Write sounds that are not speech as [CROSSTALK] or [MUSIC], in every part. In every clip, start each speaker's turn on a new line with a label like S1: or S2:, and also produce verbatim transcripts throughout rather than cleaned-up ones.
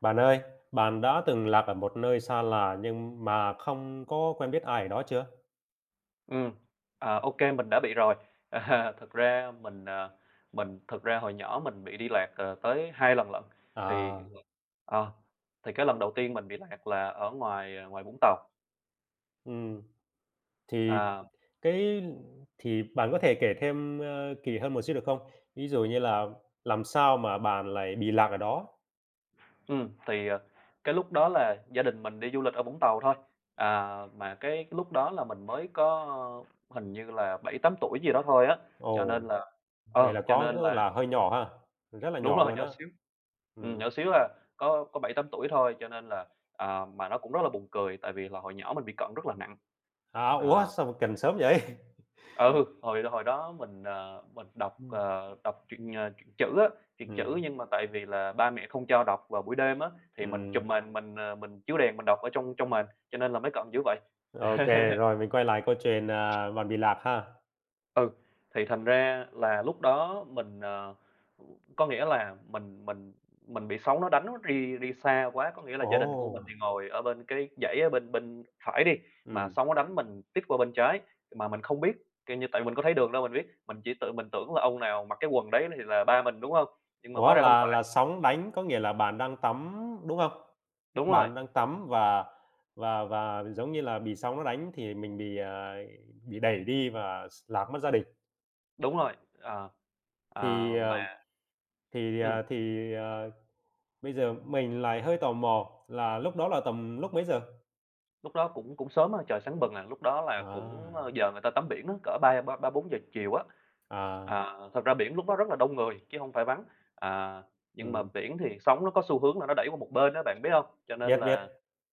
S1: Bạn ơi, bạn đã từng lạc ở một nơi xa lạ nhưng mà không có quen biết ai ở đó chưa?
S2: Ừ, à, ô mình đã bị rồi. [LAUGHS] À, thực ra mình, à, mình thực ra hồi nhỏ mình bị đi lạc, ờ, tới hai lần lận, thì
S1: À,
S2: ờ, thì cái lần đầu tiên mình bị lạc là ở ngoài, à, ngoài Vũng Tàu.
S1: ừm, thì
S2: À,
S1: cái thì bạn có thể kể thêm, ơ, kỹ hơn một xíu được không? Ví dụ như là làm sao mà bạn lại bị lạc ở đó?
S2: ừm, thì, ờ, cái lúc đó là gia đình mình đi du lịch ở Vũng Tàu thôi, à, mà cái lúc đó là mình mới có hình như là bảy tám tuổi gì đó thôi á, cho
S1: Ồ,
S2: nên là
S1: vậy
S2: ờ,
S1: là
S2: cho
S1: có
S2: nên
S1: có
S2: là
S1: là hơi nhỏ ha, rất là
S2: đúng
S1: nhỏ
S2: rồi,
S1: luôn
S2: nhỏ
S1: á.
S2: xíu. Ừm,
S1: Ừm,
S2: nhỏ xíu à, có có bảy tám tuổi thôi, cho nên là, à, mà nó cũng rất là buồn cười, tại vì là hồi nhỏ mình bị cận rất là nặng.
S1: à, ủa,
S2: À,
S1: sao mà cần sớm vậy? [LAUGHS]
S2: ừ, hồi hồi đó mình, ờ, mình đọc,
S1: Ừm,
S2: ờ, đọc truyện, ờ, truyện chữ á, truyện chữ
S1: ừm,
S2: nhưng mà tại vì là ba mẹ không cho đọc vào buổi đêm á, thì mình
S1: ừm,
S2: chùm mền mình, ờ, mình chiếu đèn mình đọc ở trong trong mền, cho nên là mới cận dữ vậy.
S1: ô
S2: [LAUGHS]
S1: rồi mình quay lại câu chuyện, à, bạn bị lạc ha.
S2: Ừ, thì thành ra là lúc đó mình, ờ, có nghĩa là mình mình mình bị sóng nó đánh đi đi xa quá, có nghĩa là gia đình của mình
S1: Ồ,
S2: thì ngồi ở bên cái dãy ở bên bên phải đi, mà
S1: ừm.
S2: sóng nó đánh mình tít qua bên trái, mà mình không biết, kiểu như, tại mình có thấy đường đâu mình biết, mình chỉ tự mình tưởng là ông nào mặc cái quần đấy thì là ba mình, đúng không? Nhưng mà hóa
S1: Ủa,
S2: ra không
S1: là
S2: phải.
S1: là sóng đánh có nghĩa là bạn đang tắm, đúng không?
S2: Đúng rồi,
S1: Bạn đang tắm và và và giống như là bị sóng nó đánh thì mình bị, à, bị đẩy đi và s lạc mất gia đình.
S2: đúng rồi. Ờ,
S1: Thì,
S2: ờ,
S1: ờ,
S2: mà
S1: thì,
S2: ừm,
S1: ờ, thì, ờ, bây giờ mình lại hơi tò mò là lúc đó là tầm lúc mấy giờ?
S2: lúc đó cũng cũng sớm á, trời sáng bừng à, lúc đó là cũng,
S1: À,
S2: ơ, giờ người ta tắm biển á, cỡ ba ba ba bốn giờ chiều á.
S1: à,
S2: À, thật ra biển lúc đó rất là đông người chứ không phải vắng, à, nhưng mà
S1: ừm,
S2: biển thì sóng nó có xu hướng là nó đẩy qua một bên đó, bạn biết không? Cho nên
S1: biết, biết.
S2: là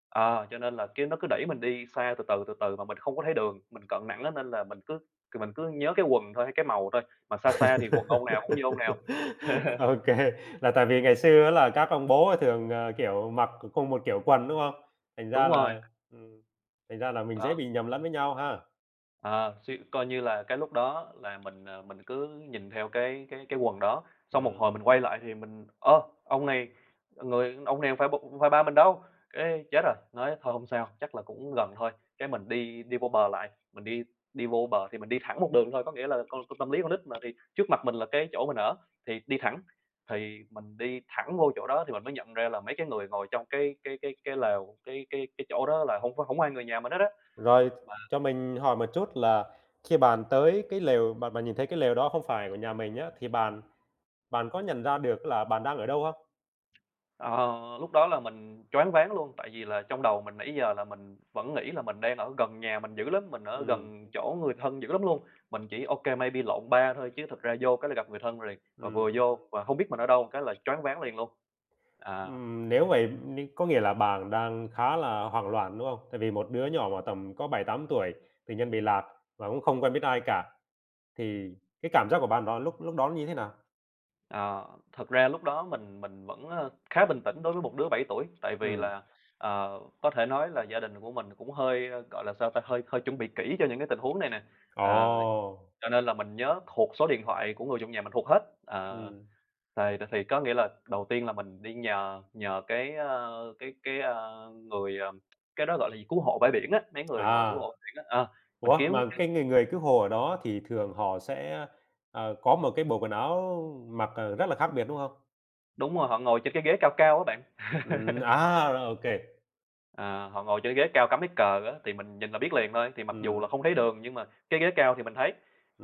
S2: ờ, cho nên là cái nó cứ đẩy mình đi xa từ từ, từ từ mà mình không có thấy đường, mình cận nặng á nên là mình cứ mình cứ nhớ cái quần thôi, hay cái màu thôi, mà xa xa thì quần ông nào cũng như ông nào.
S1: [LAUGHS] OK, là tại vì ngày xưa á là các ông bố thường, ờ, kiểu, mặc cùng một kiểu quần, đúng không? Thành ra
S2: Đúng rồi,
S1: là ừm, Thành ra là mình dễ
S2: đó.
S1: bị nhầm lẫn với nhau ha.
S2: Ờ, suy coi như là cái lúc đó là mình, ờ, mình cứ nhìn theo cái cái cái quần đó, xong một hồi
S1: Ừm,
S2: mình quay lại thì mình: "Ơ, ông này người ông này hông phải, b hông phải ba mình đâu!" Cái chết rồi, nói thôi hông sao, chắc là cũng gần thôi, cái mình đi đi vô bờ lại, mình đi đi vô bờ thì mình đi thẳng một đường thôi, có nghĩa là con con tâm lý con nít mà, thì trước mặt mình là cái chỗ mình ở, thì đi thẳng. Thì mình đi thẳng vô chỗ đó thì mình mới nhận ra là mấy cái người ngồi trong cái cái cái cái lều, cái cái cái chỗ đó là không có hổng ai người nhà mình hết á.
S1: rồi cho mình hỏi một chút là khi bạn tới cái lều bạn bạn nhìn thấy cái lều đó không phải của nhà mình á, thì bạn bạn có nhận ra được là bạn đang ở đâu không?
S2: Ờ, lúc đó là mình choáng váng luôn, tại vì là trong đầu mình nãy giờ là mình vẫn nghĩ là mình đang ở gần nhà mình dữ lắm, mình ở
S1: Ừm,
S2: gần chỗ người thân dữ lắm luôn. Mình chỉ, ok maybe lộn ba thôi chứ thực ra vô cái là gặp người thân liền, và
S1: ừm.
S2: vừa vô và không biết mình ở đâu cái là choáng váng liền luôn. À,
S1: Ừm, nếu vậy n có nghĩa là bạn đang khá là hoảng loạn, đúng không? Tại vì một đứa nhỏ mà tầm có bảy tám tuổi tự nhiên bị lạc và cũng không quen biết ai cả, thì cái cảm giác của bạn đó lúc lúc đó nó như thế nào?
S2: ờ, thật ra lúc đó mình mình vẫn, ơ, khá bình tĩnh đối với một đứa bảy tuổi, tại vì
S1: Ừ,
S2: là, ờ, có thể nói là gia đình của mình cũng hơi, ơ, gọi là, sao ta, hơi hơi chuẩn bị kỹ cho những cái tình huống này nè.
S1: ồ!
S2: À Cho nên là mình nhớ thuộc số điện thoại của người trong nhà, mình thuộc hết. Ờ,
S1: Ừm.
S2: thì thì có nghĩa là đầu tiên là mình đi nhờ nhờ cái, ơ, cái cái, ơ, người, ờ, cái đó gọi là gì, cứu hộ bãi biển á, mấy người ngồi cứu
S1: À,
S2: hộ biển á, ờ, mình
S1: ủa,
S2: kiếm
S1: mà cái người người cứu hộ ở đó thì thường họ sẽ, ờ, có một cái bộ quần áo mặc, ờ, rất là khác biệt, đúng không?
S2: đúng rồi, họ ngồi trên cái ghế cao cao á bạn.
S1: Ừm, à, rồi, ô ừ.
S2: À, họ ngồi trên ghế cao cắm cái cờ á, thì mình nhìn là biết liền thôi, thì mặc dù là
S1: Ừm,
S2: không thấy đường nhưng mà cái ghế cao thì mình thấy.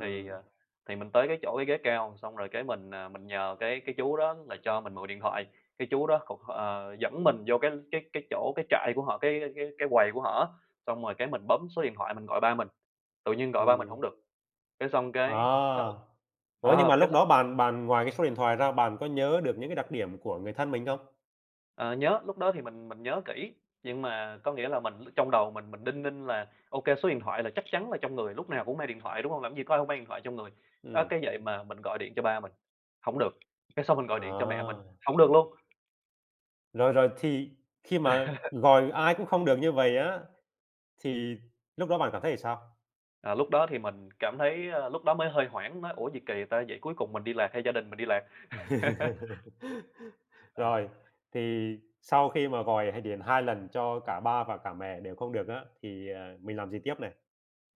S2: Thì, ờ, thì mình tới cái chỗ cái ghế cao, xong rồi cái mình, à, mình nhờ cái cái chú đó là cho mình mượn điện thoại, cái chú đó cột ờ, dẫn mình vô cái cái cái chỗ cái trại của họ, cái cái cái quầy của họ á, xong rồi cái mình bấm số điện thoại mình gọi ba mình, tự nhiên gọi ba mình hổng được, cái xong cái nó
S1: à. Ủa, nhưng
S2: ờ,
S1: mà
S2: cái.
S1: lúc đó bạn bạn ngoài cái số điện thoại ra bạn có nhớ được những cái đặc điểm của người thân mình không?
S2: Ờ, nhớ, lúc đó thì mình mình nhớ kỹ, nhưng mà có nghĩa là mình trong đầu mình mình đinh ninh là ok số điện thoại là chắc chắn là trong người, lúc nào cũng mang điện thoại, đúng không? Làm gì có ai không mang điện thoại trong người. Á,
S1: Ừm,
S2: cái vậy mà mình gọi điện cho ba mình, không được, cái xong mình gọi điện cho mẹ mình,
S1: à.
S2: không được luôn.
S1: Rồi, rồi thì khi mà
S2: [LAUGHS]
S1: gọi ai cũng không được như vậy á, thì lúc đó bạn cảm thấy sao?
S2: Ờ, lúc đó thì mình cảm thấy, ơ, lúc đó mới hơi hoảng, nói: "Ủa, gì kỳ ta, vậy cuối cùng mình đi lạc hay gia đình mình đi lạc?" [LAUGHS]
S1: [LAUGHS]
S2: Ờ.
S1: Rồi, thì sau khi mà gọi hay điện hai lần cho cả ba và cả mẹ đều không được á, thì, ờ, mình làm gì tiếp này?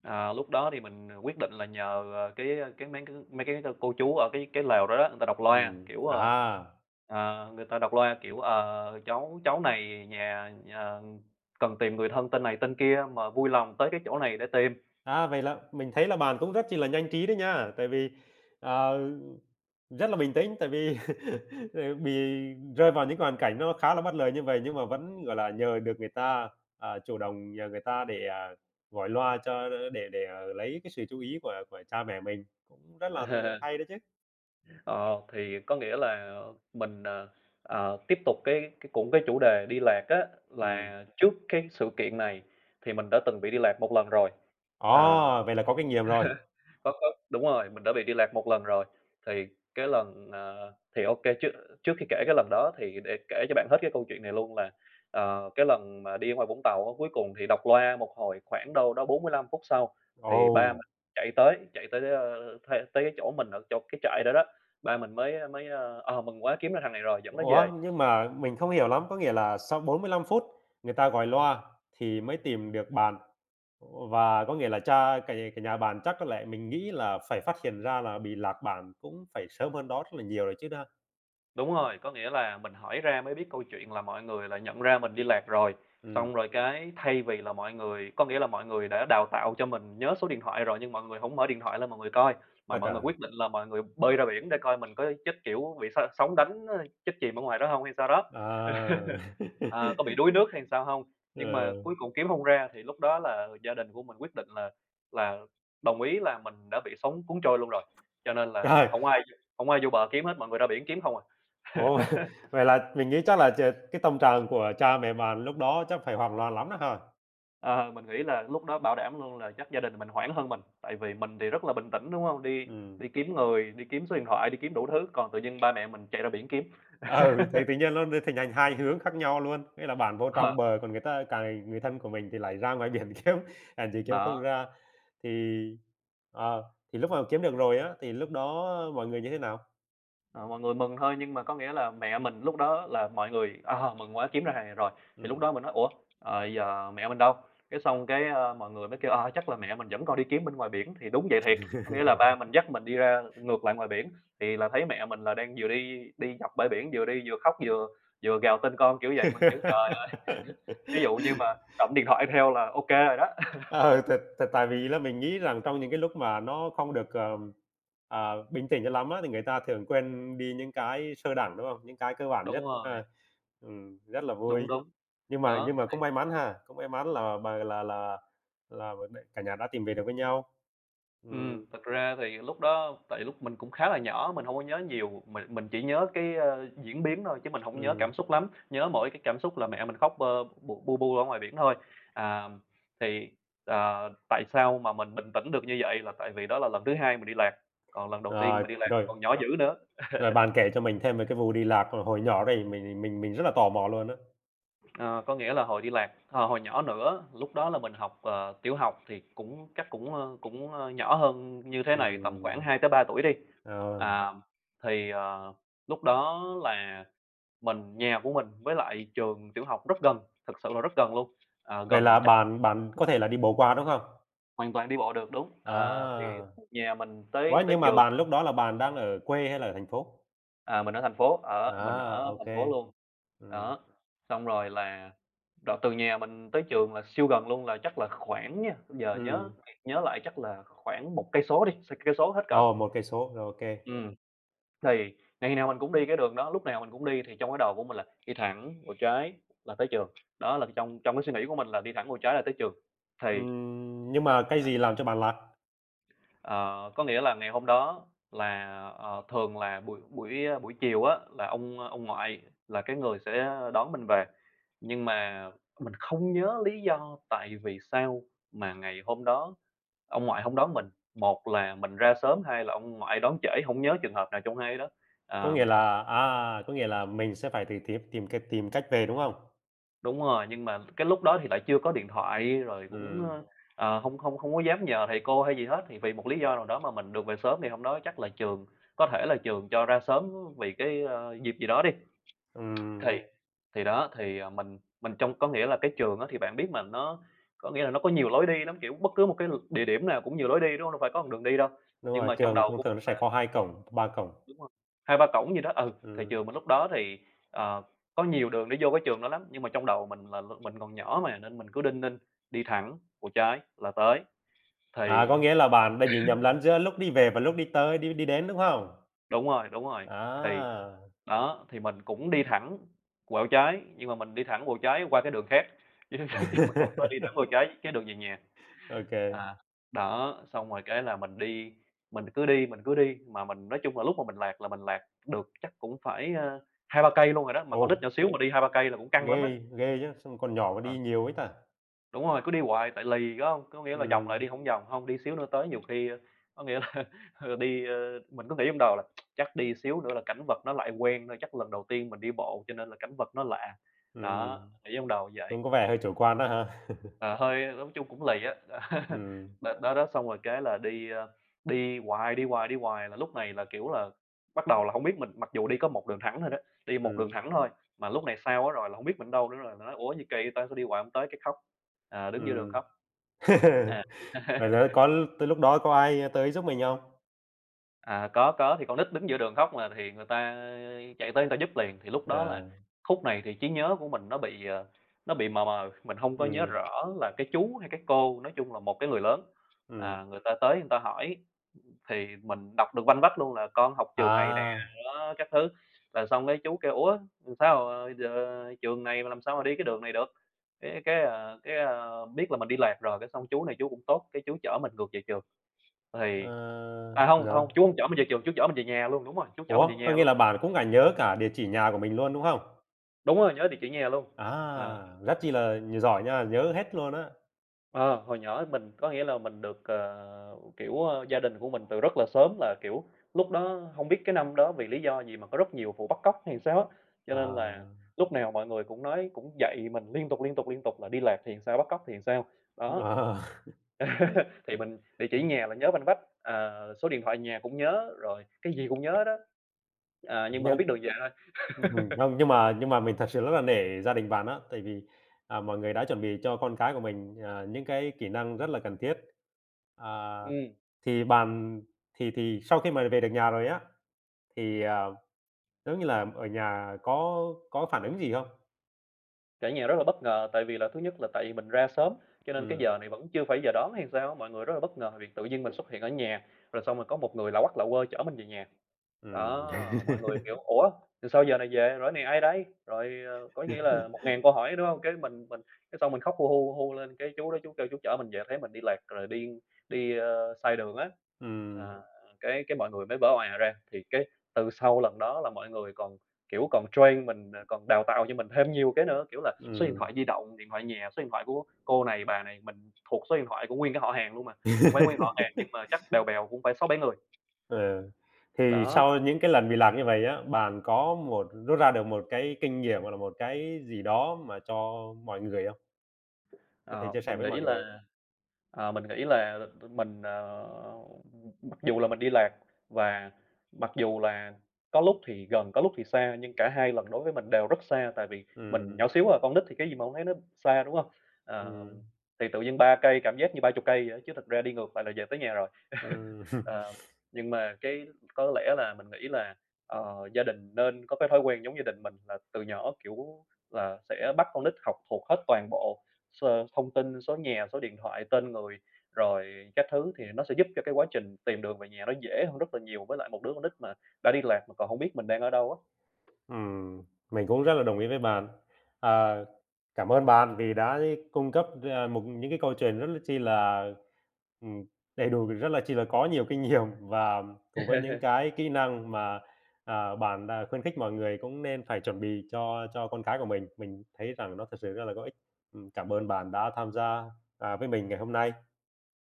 S2: Ờ, lúc đó thì mình quyết định là nhờ, ờ, cái, ờ, cái mấy cái mấy cái cô chú ở cái cái lều đó đó, người ta đọc
S1: Ừ,
S2: loa, kiểu, ờ,
S1: à.
S2: ờ, người ta đọc loa, kiểu, ờ, "Cháu cháu này nhà nhà cần tìm người thân tên này tên kia mà vui lòng tới cái chỗ này để tìm."
S1: À, vậy là mình thấy là bạn cũng rất chi là nhanh trí đấy nha, tại vì, ờ, rất là bình tĩnh, tại vì, [LAUGHS] ờ, bị rơi vào những hoàn cảnh nó khá là bất lợi như vậy nhưng mà vẫn, gọi là, nhờ được người ta, à, chủ động nhờ người ta để, à, gọi loa cho để để, ờ, lấy cái sự chú ý của của cha mẹ mình, cũng rất là hay đấy
S2: [LAUGHS]
S1: chứ.
S2: Ờ, thì có nghĩa là mình, ờ, ờ, tiếp tục cái cái cũng cái chủ đề đi lạc á,
S1: Ừm.
S2: là trước cái sự kiện này thì mình đã từng bị đi lạc một lần rồi. Ờ.
S1: Ồ, vậy là có kinh nghiệm rồi.
S2: Có có đúng rồi, mình đã bị đi lạc một lần rồi. Thì cái lần, ờ thì ok, trước trước khi kể cái lần đó thì để kể cho bạn hết cái câu chuyện này luôn là, ờ, cái lần mà đi ở ngoài Vũng Tàu á, cuối cùng thì đọc loa một hồi khoảng đâu đó bốn mươi lăm phút sau thì
S1: Ồ.
S2: ba mình chạy tới, chạy tới, ơ, thê tới cái chỗ mình ở chỗ cái trại đó đó, ba mình mới mới, ơ, "Ờ, mừng quá, kiếm ra thằng này rồi, dẫn nó
S1: Ủa,
S2: về."
S1: nhưng mà mình không hiểu lắm, có nghĩa là sau bốn mươi lăm phút người ta gọi loa thì mới tìm được bạn, và có nghĩa là cha cái cái nhà bạn chắc có lẽ mình nghĩ là phải phát hiện ra là bị lạc bạn cũng phải sớm hơn đó rất là nhiều rồi chứ ha?
S2: Đúng rồi, có nghĩa là mình hỏi ra mới biết câu chuyện là mọi người là nhận ra mình đi lạc rồi,
S1: Ừm.
S2: xong rồi cái thay vì là mọi người có nghĩa là mọi người đã đào tạo cho mình nhớ số điện thoại rồi nhưng mọi người không mở điện thoại lên mọi người coi, mà
S1: Ôi
S2: mọi người
S1: trời!
S2: quyết định là mọi người bơi ra biển để coi mình có chết, kiểu, bị s sóng đánh, ơ, chết chìm ở ngoài đó không hay sao đó,
S1: À!
S2: [LAUGHS] ờ, có bị
S1: [LAUGHS]
S2: đuối nước hay sao không. Nhưng mà
S1: Ừ,
S2: cuối cùng kiếm không ra thì lúc đó là gia đình của mình quyết định là là đồng ý là mình đã bị sóng cuốn trôi luôn rồi, cho nên là
S1: trời!
S2: không ai không ai vô bờ kiếm hết, mọi người ra biển kiếm không à.
S1: Ủa, [LAUGHS] vậy là mình nghĩ chắc là ch cái tâm trạng của cha mẹ bạn lúc đó chắc phải hoảng loạn lắm đó ha?
S2: Ờ, mình nghĩ là lúc đó bảo đảm luôn là chắc gia đình mình hoảng hơn mình, tại vì mình thì rất là bình tĩnh, đúng không? Đi
S1: Ừm.
S2: đi kiếm người, đi kiếm số điện thoại, đi kiếm đủ thứ, còn tự nhiên ba mẹ mình chạy ra biển kiếm.
S1: Ừ, thì tự nhiên nó đi thành thành hai hướng khác nhau luôn, nghĩa là bạn vô
S2: Ờ,
S1: trong bờ, còn người ta càng người thân của mình thì lại ra ngoài biển [LAUGHS] kiếm, làm gì kiếm không
S2: đó,
S1: ra. Thì, ờ, thì lúc mà kiếm được rồi á, thì lúc đó mọi người như thế nào?
S2: ờ, mọi người mừng thôi nhưng mà có nghĩa là mẹ mình lúc đó là mọi người, ờ, mừng quá kiếm ra hàng rồi, thì lúc
S1: Ừm.
S2: đó mình nói: "Ủa, ờ, giờ mẹ mình đâu?" Cái xong cái, ơ, mọi người mới kêu: "Ờ, chắc là mẹ mình vẫn còn đi kiếm bên ngoài biển." Thì đúng vậy thiệt, có nghĩa là ba mình dắt mình đi ra ngược lại ngoài biển, thì là thấy mẹ mình là đang vừa đi đi dọc bãi biển, vừa đi vừa khóc vừa vừa gào tên con, kiểu vậy. Mình, kiểu, trời.
S1: [LAUGHS]
S2: Ví dụ như mà cầm điện thoại theo là ô kê rồi đó. [LAUGHS]
S1: Ờ, thật thật tại vì là mình nghĩ rằng trong những cái lúc mà nó không được, ờm, ờ, bình tĩnh cho lắm á, thì người ta thường quên đi những cái sơ đẳng, đúng không? Những cái cơ bản
S2: Đúng
S1: nhất,
S2: rồi,
S1: ờ, ừm, rất là
S2: đúng,
S1: vui.
S2: đúng,
S1: Nhưng mà nhưng
S2: đó.
S1: mà cũng may mắn ha, cũng may mắn là bà là là là cả nhà đã tìm về được với nhau.
S2: Ừm,
S1: Ừm,
S2: thực ra thì lúc đó tại lúc mình cũng khá là nhỏ, mình hông có nhớ nhiều, mình mình chỉ nhớ cái, ơ, diễn biến thôi chứ mình hổng nhớ
S1: ừm,
S2: cảm xúc lắm, nhớ mỗi cái cảm xúc là mẹ mình khóc, ơ, bu bu bu ở ngoài biển thôi. À, thì, ờ, Tại sao mà mình bình tĩnh được như vậy là tại vì đó là lần thứ hai mình đi lạc, còn lần đầu tiên
S1: rồi,
S2: mình đi lạc mình
S1: rồi,
S2: còn nhỏ dữ nữa.
S1: rồi bạn kể cho mình thêm về cái vụ đi lạc hồi nhỏ đây, mình mình mình rất là tò mò luôn á.
S2: Ờ, có nghĩa là hồi đi lạc ờ, hồi nhỏ nữa, lúc đó là mình học, ờ, tiểu học thì cũng chắc cũng, ơ, cũng, ơ, nhỏ hơn như thế này, tầm khoảng
S1: Ừm,
S2: hai tới ba tuổi đi.
S1: ờ,
S2: À, thì, ờ, Lúc đó là mình nhà của mình với lại trường tiểu học rất gần, thực sự là rất gần luôn, ờ,
S1: vậy
S2: gần
S1: là
S2: chắc
S1: bạn bạn có thể là đi bộ qua, đúng không?
S2: hoàn toàn đi bộ được, đúng.
S1: À,
S2: À, thì nhà mình tới
S1: ủa,
S2: tới
S1: nhưng mà
S2: trường,
S1: bạn lúc đó là bạn đang ở quê hay là ở thành phố?
S2: à, mình ở thành phố, ở mình
S1: À,
S2: ở
S1: ok,
S2: thành phố
S1: kê.
S2: luôn.
S1: Ừm,
S2: Đó, xong rồi là đoạn từ nhà mình tới trường là siêu gần luôn, là chắc là khoảng nha, giờ nhớ
S1: ừm,
S2: nhớ lại chắc là khoảng một cây số đi, s cây số hết cỡ.
S1: ồ, một cây số, rồi, ô,
S2: Ừm, thì ngày nào mình cũng đi cái đường đó, lúc nào mình cũng đi thì trong cái đầu của mình là đi thẳng vào trái là tới trường, đó là trong trong cái suy nghĩ của mình là đi thẳng vào trái là tới trường. Thì
S1: ừm. Nhưng mà cái gì làm cho bạn lạc?
S2: Ờ, có nghĩa là ngày hôm đó là, ờ, thường là buổi buổi, ờ, buổi chiều á là ông ờ, ông ngoại là cái người sẽ đón mình về, nhưng mà mình không nhớ lý do tại vì sao mà ngày hôm đó ông ngoại không đón mình. Một là mình ra sớm, hai là ông ngoại đón trễ, không nhớ trường hợp nào trong hai đó.
S1: Có
S2: Ờ.
S1: nghĩa là à, có nghĩa là mình sẽ phải tìm tìm tìm cái tìm cách về, đúng không?
S2: Đúng rồi, nhưng mà cái lúc đó thì lại chưa có điện thoại, rồi cũng,
S1: Ừm,
S2: ơ, ờ, không hông hông có dám nhờ thầy cô hay gì hết, thì vì một lý do nào đó mà mình được về sớm thì hôm đó chắc là trường có thể là trường cho ra sớm vì cái, ơ, dịp gì đó đi. Thì
S1: ừm,
S2: thì đó, thì, ờ, mình mình trong có nghĩa là cái trường á thì bạn biết mà, nó có nghĩa là nó có nhiều lối đi lắm, kiểu, bất cứ một cái địa điểm nào cũng nhiều lối đi, đúng không? Đâu phải có một đường đi đâu.
S1: đúng
S2: Nhưng
S1: rồi,
S2: mà trong
S1: trường
S2: đầu
S1: thường
S2: của
S1: thường
S2: mình.
S1: nó sẽ có hai cổng, ba cổng.
S2: Đúng rồi, hai ba cổng gì đó, ừ, thì
S1: Ừm.
S2: trường mình lúc đó thì, ờ, có nhiều đường để vô cái trường đó lắm, nhưng mà trong đầu mình là l mình còn nhỏ mà, nên mình cứ đinh ninh, đi thẳng, của trái là tới.
S1: À,
S2: Thì
S1: có nghĩa là bạn đã bị nhầm lẫn giữa lúc đi về và lúc đi tới đi đi đến, đúng không?
S2: đúng rồi, đúng rồi, thì
S1: À!
S2: đó, thì mình cũng đi thẳng quẹo trái, nhưng mà mình đi thẳng quẹo trái qua cái đường khác, [LAUGHS] chứ chứ mình hông có đi thẳng quẹo
S1: [LAUGHS]
S2: trái cái đường về nhà.
S1: OK.
S2: À, đó, xong rồi cái là mình đi, mình cứ đi, mình cứ đi, mà mình nói chung là lúc mà mình lạc là mình lạc được chắc cũng phải, ơ, hai ba cây luôn rồi đó, mà
S1: Ồ,
S2: con nít nhỏ xíu mà đi hai ba cây là cũng căng lắm
S1: ghê
S2: á.
S1: ghê chứ, sao còn nhỏ mà
S2: Ờ,
S1: đi nhiều ấy ta?
S2: Đúng rồi, cứ đi hoài tại lì, có không? Có nghĩa là vòng lại đi
S1: Ừm,
S2: không vòng, không đi xíu nữa tới nhiều khi, ơ, có nghĩa là, [LAUGHS] đi, ơ mình cứ nghĩ trong đầu là chắc đi xíu nữa là cảnh vật nó lại quen thôi, chắc lần đầu tiên mình đi bộ cho nên là cảnh vật nó lạ.
S1: ừm,
S2: Đó,
S1: ừm,
S2: nghĩ trong đầu vậy.
S1: cũng có vẻ hơi chủ quan đó ha? [LAUGHS]
S2: Ờ, Hơi nói chung cũng lì á. [LAUGHS]
S1: Ừm,
S2: Đợt đó đó xong rồi cái là đi, ơ, đi hoài, đi hoài, đi hoài là lúc này là, kiểu là, bắt đầu là không biết mình mặc dù đi có một đường thẳng thôi đó, đi một đường
S1: ừm,
S2: thẳng thôi, mà lúc này sao á rồi là không biết mình đâu nữa rồi, nó nói: "Ủa, như kỳ ta, sao đi hoài không tới?" Cái khóc, à, đứng giữa đường
S1: ừm.
S2: khóc.
S1: [LAUGHS]
S2: À.
S1: Vậy là
S2: [LAUGHS]
S1: có tới lúc đó có ai tới giúp mình không?
S2: À, có, có, thì con nít đứng giữa đường khóc mà, thì người ta chạy tới người ta giúp liền, thì lúc đó là
S1: Ờ.
S2: khúc này thì trí nhớ của mình nó bị, ờ, nó bị mờ mờ, mình không có nhớ
S1: Ừm,
S2: rõ là cái chú hay cái cô, nói chung là một cái người lớn,
S1: ừm.
S2: à, người ta tới người ta hỏi thì mình đọc được vanh vách luôn là "Con học trường này nè"
S1: À,
S2: đó, các thứ. Là xong cái chú kêu: "Ủa, sao, ờ, giờ trường này mà làm sao mà đi cái đường này được?" Cái cái, ờ, cái, ờ, biết là mình đi lạc rồi, cái xong chú này chú cũng tốt, cái chú chở mình ngược về trường. Thì.
S1: ờ,
S2: À, hông,
S1: rồi.
S2: hông, chú hông chở mình về trường, chú chở mình về nhà luôn, đúng rồi, chú chở mình về
S1: Ủa, có
S2: nhà
S1: nghĩa
S2: luôn.
S1: là bạn cũng cả nhớ cả địa chỉ nhà của mình luôn, đúng không?
S2: Đúng rồi, nhớ địa chỉ nhà luôn. Ờ,
S1: À, rất chi là nh giỏi nha, nhớ hết luôn á.
S2: ờ, Hồi nhỏ mình có nghĩa là mình được, ờ, kiểu, ơ, gia đình của mình từ rất là sớm là, kiểu, lúc đó hông biết cái năm đó vì lý do gì mà có rất nhiều vụ bắt cóc hay sao á, cho
S1: Ờ,
S2: nên
S1: ờ,
S2: là lúc nào mọi người cũng nói cũng dạy mình liên tục, liên tục, liên tục là đi lạc thì sao, bắt cóc thì sao. Đó,
S1: [LAUGHS]
S2: [LAUGHS] thì mình địa chỉ
S1: ừm,
S2: nhà là nhớ banh vách, ờ, số điện thoại nhà cũng nhớ, rồi cái gì cũng nhớ đó, ờ, nhưng mà hông
S1: nhưng
S2: biết đường về thôi.
S1: ừm, không, nhưng mà nhưng mà mình thật sự rất là nể gia đình bạn á, tại vì, à, mọi người đã chuẩn bị cho con cái của mình, à, những cái kỹ năng rất là cần thiết. À,
S2: Ừm.
S1: thì bạn thì thì sau khi mà về được nhà rồi á, thì, à, giống như là, ở nhà có có phản ứng gì không?
S2: Cả nhà rất là bất ngờ, tại vì là thứ nhất là tại vì mình ra sớm, cho nên cái
S1: Ừm.
S2: giờ này vẫn chưa phải giờ đón hay sao mọi người rất là bất ngờ về việc tự nhiên mình xuất hiện ở nhà, rồi xong rồi có một người lạ hoắc lạ quơ chở mình về nhà.
S1: Ừm.
S2: Đó, mọi người,
S1: [LAUGHS]
S2: kiểu, "Ủa, sao giờ này về? Rồi này ai đấy? Rồi, ờ, có nghĩa là một ngàn câu hỏi, đúng không?" Cái mình mình cái xong mình khóc hu hu, hu lên, cái chú đó chú kêu chú chở mình về, thấy mình đi lạc rồi đi đi, ơ, sai đường á.
S1: Ừm,
S2: Ờ, cái cái mọi người mới vỡ òa ra, thì cái từ sau lần đó là mọi người còn, kiểu, còn train mình, ờ, còn đào tạo cho mình thêm nhiều cái nữa, kiểu là, số điện
S1: ừm,
S2: thoại di động, điện thoại nhà, số điện thoại của cô này, bà này, mình thuộc số điện thoại của nguyên cái họ hàng luôn mà, hông phải nguyên họ hàng nhưng mà chắc bèo bèo cũng phải sáu bảy người.
S1: ừ. Thì
S2: Đó,
S1: sau những cái lần bị lạc như vậy á, bạn có một rút ra được một cái kinh nghiệm, hoặc là một cái gì đó mà cho mọi người không? Có thể
S2: ờ,
S1: chia sẻ
S2: mình
S1: với
S2: nghĩ
S1: mọi người không?
S2: là Ờ, mình nghĩ là mình, ờ, mặc dù là mình đi lạc và mặc dù là có lúc thì gần, có lúc thì xa, nhưng cả hai lần đối với mình đều rất xa, tại vì mình
S1: Ừm,
S2: nhỏ xíu à, con nít thì cái gì mà không thấy nó xa, đúng không? Ờ,
S1: ừm,
S2: thì tự nhiên ba cây cảm giác như ba chục cây vậy á, chứ thật ra đi ngược lại là về tới nhà rồi.
S1: ừm. [LAUGHS]
S2: Ờ, nhưng mà cái có lẽ là mình nghĩ là, ờ, gia đình nên có cái thói quen giống gia đình mình là từ nhỏ, kiểu là, sẽ bắt con nít học thuộc hết toàn bộ s thông tin, số nhà, số điện thoại, tên người, rồi các thứ thì nó sẽ giúp cho cái quá trình tìm đường về nhà nó dễ hơn rất là nhiều với lại một đứa con nít mà đã đi lạc mà còn không biết mình đang ở đâu á.
S1: Ừm, mình cũng rất là đồng ý với bạn. À, cảm ơn bạn vì đã cung cấp ra một những cái câu chuyện rất là chi là, ừm, đầy đủ, rất là chi là có nhiều kinh nghiệm [LAUGHS] và cùng với những cái kỹ năng mà, à, bạn đã khuyến khích mọi người cũng nên phải chuẩn bị cho cho con cái của mình. Mình thấy rằng nó thực sự rất là có ích. Ừm, cảm ơn bạn đã tham gia, à, với mình ngày hôm nay.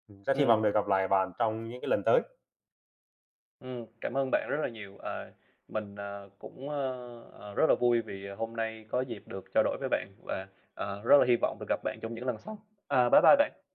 S1: Ừm, rất hy
S2: Ừ,
S1: vọng được gặp lại bạn trong những cái lần tới.
S2: ừm, cảm ơn bạn rất là nhiều. Ờ, mình, ờ, cũng, ơ, ờ, rất là vui vì hôm nay có dịp được trao đổi với bạn và, ờ, rất là hy vọng được gặp bạn trong những lần sau. À, bye bye bạn.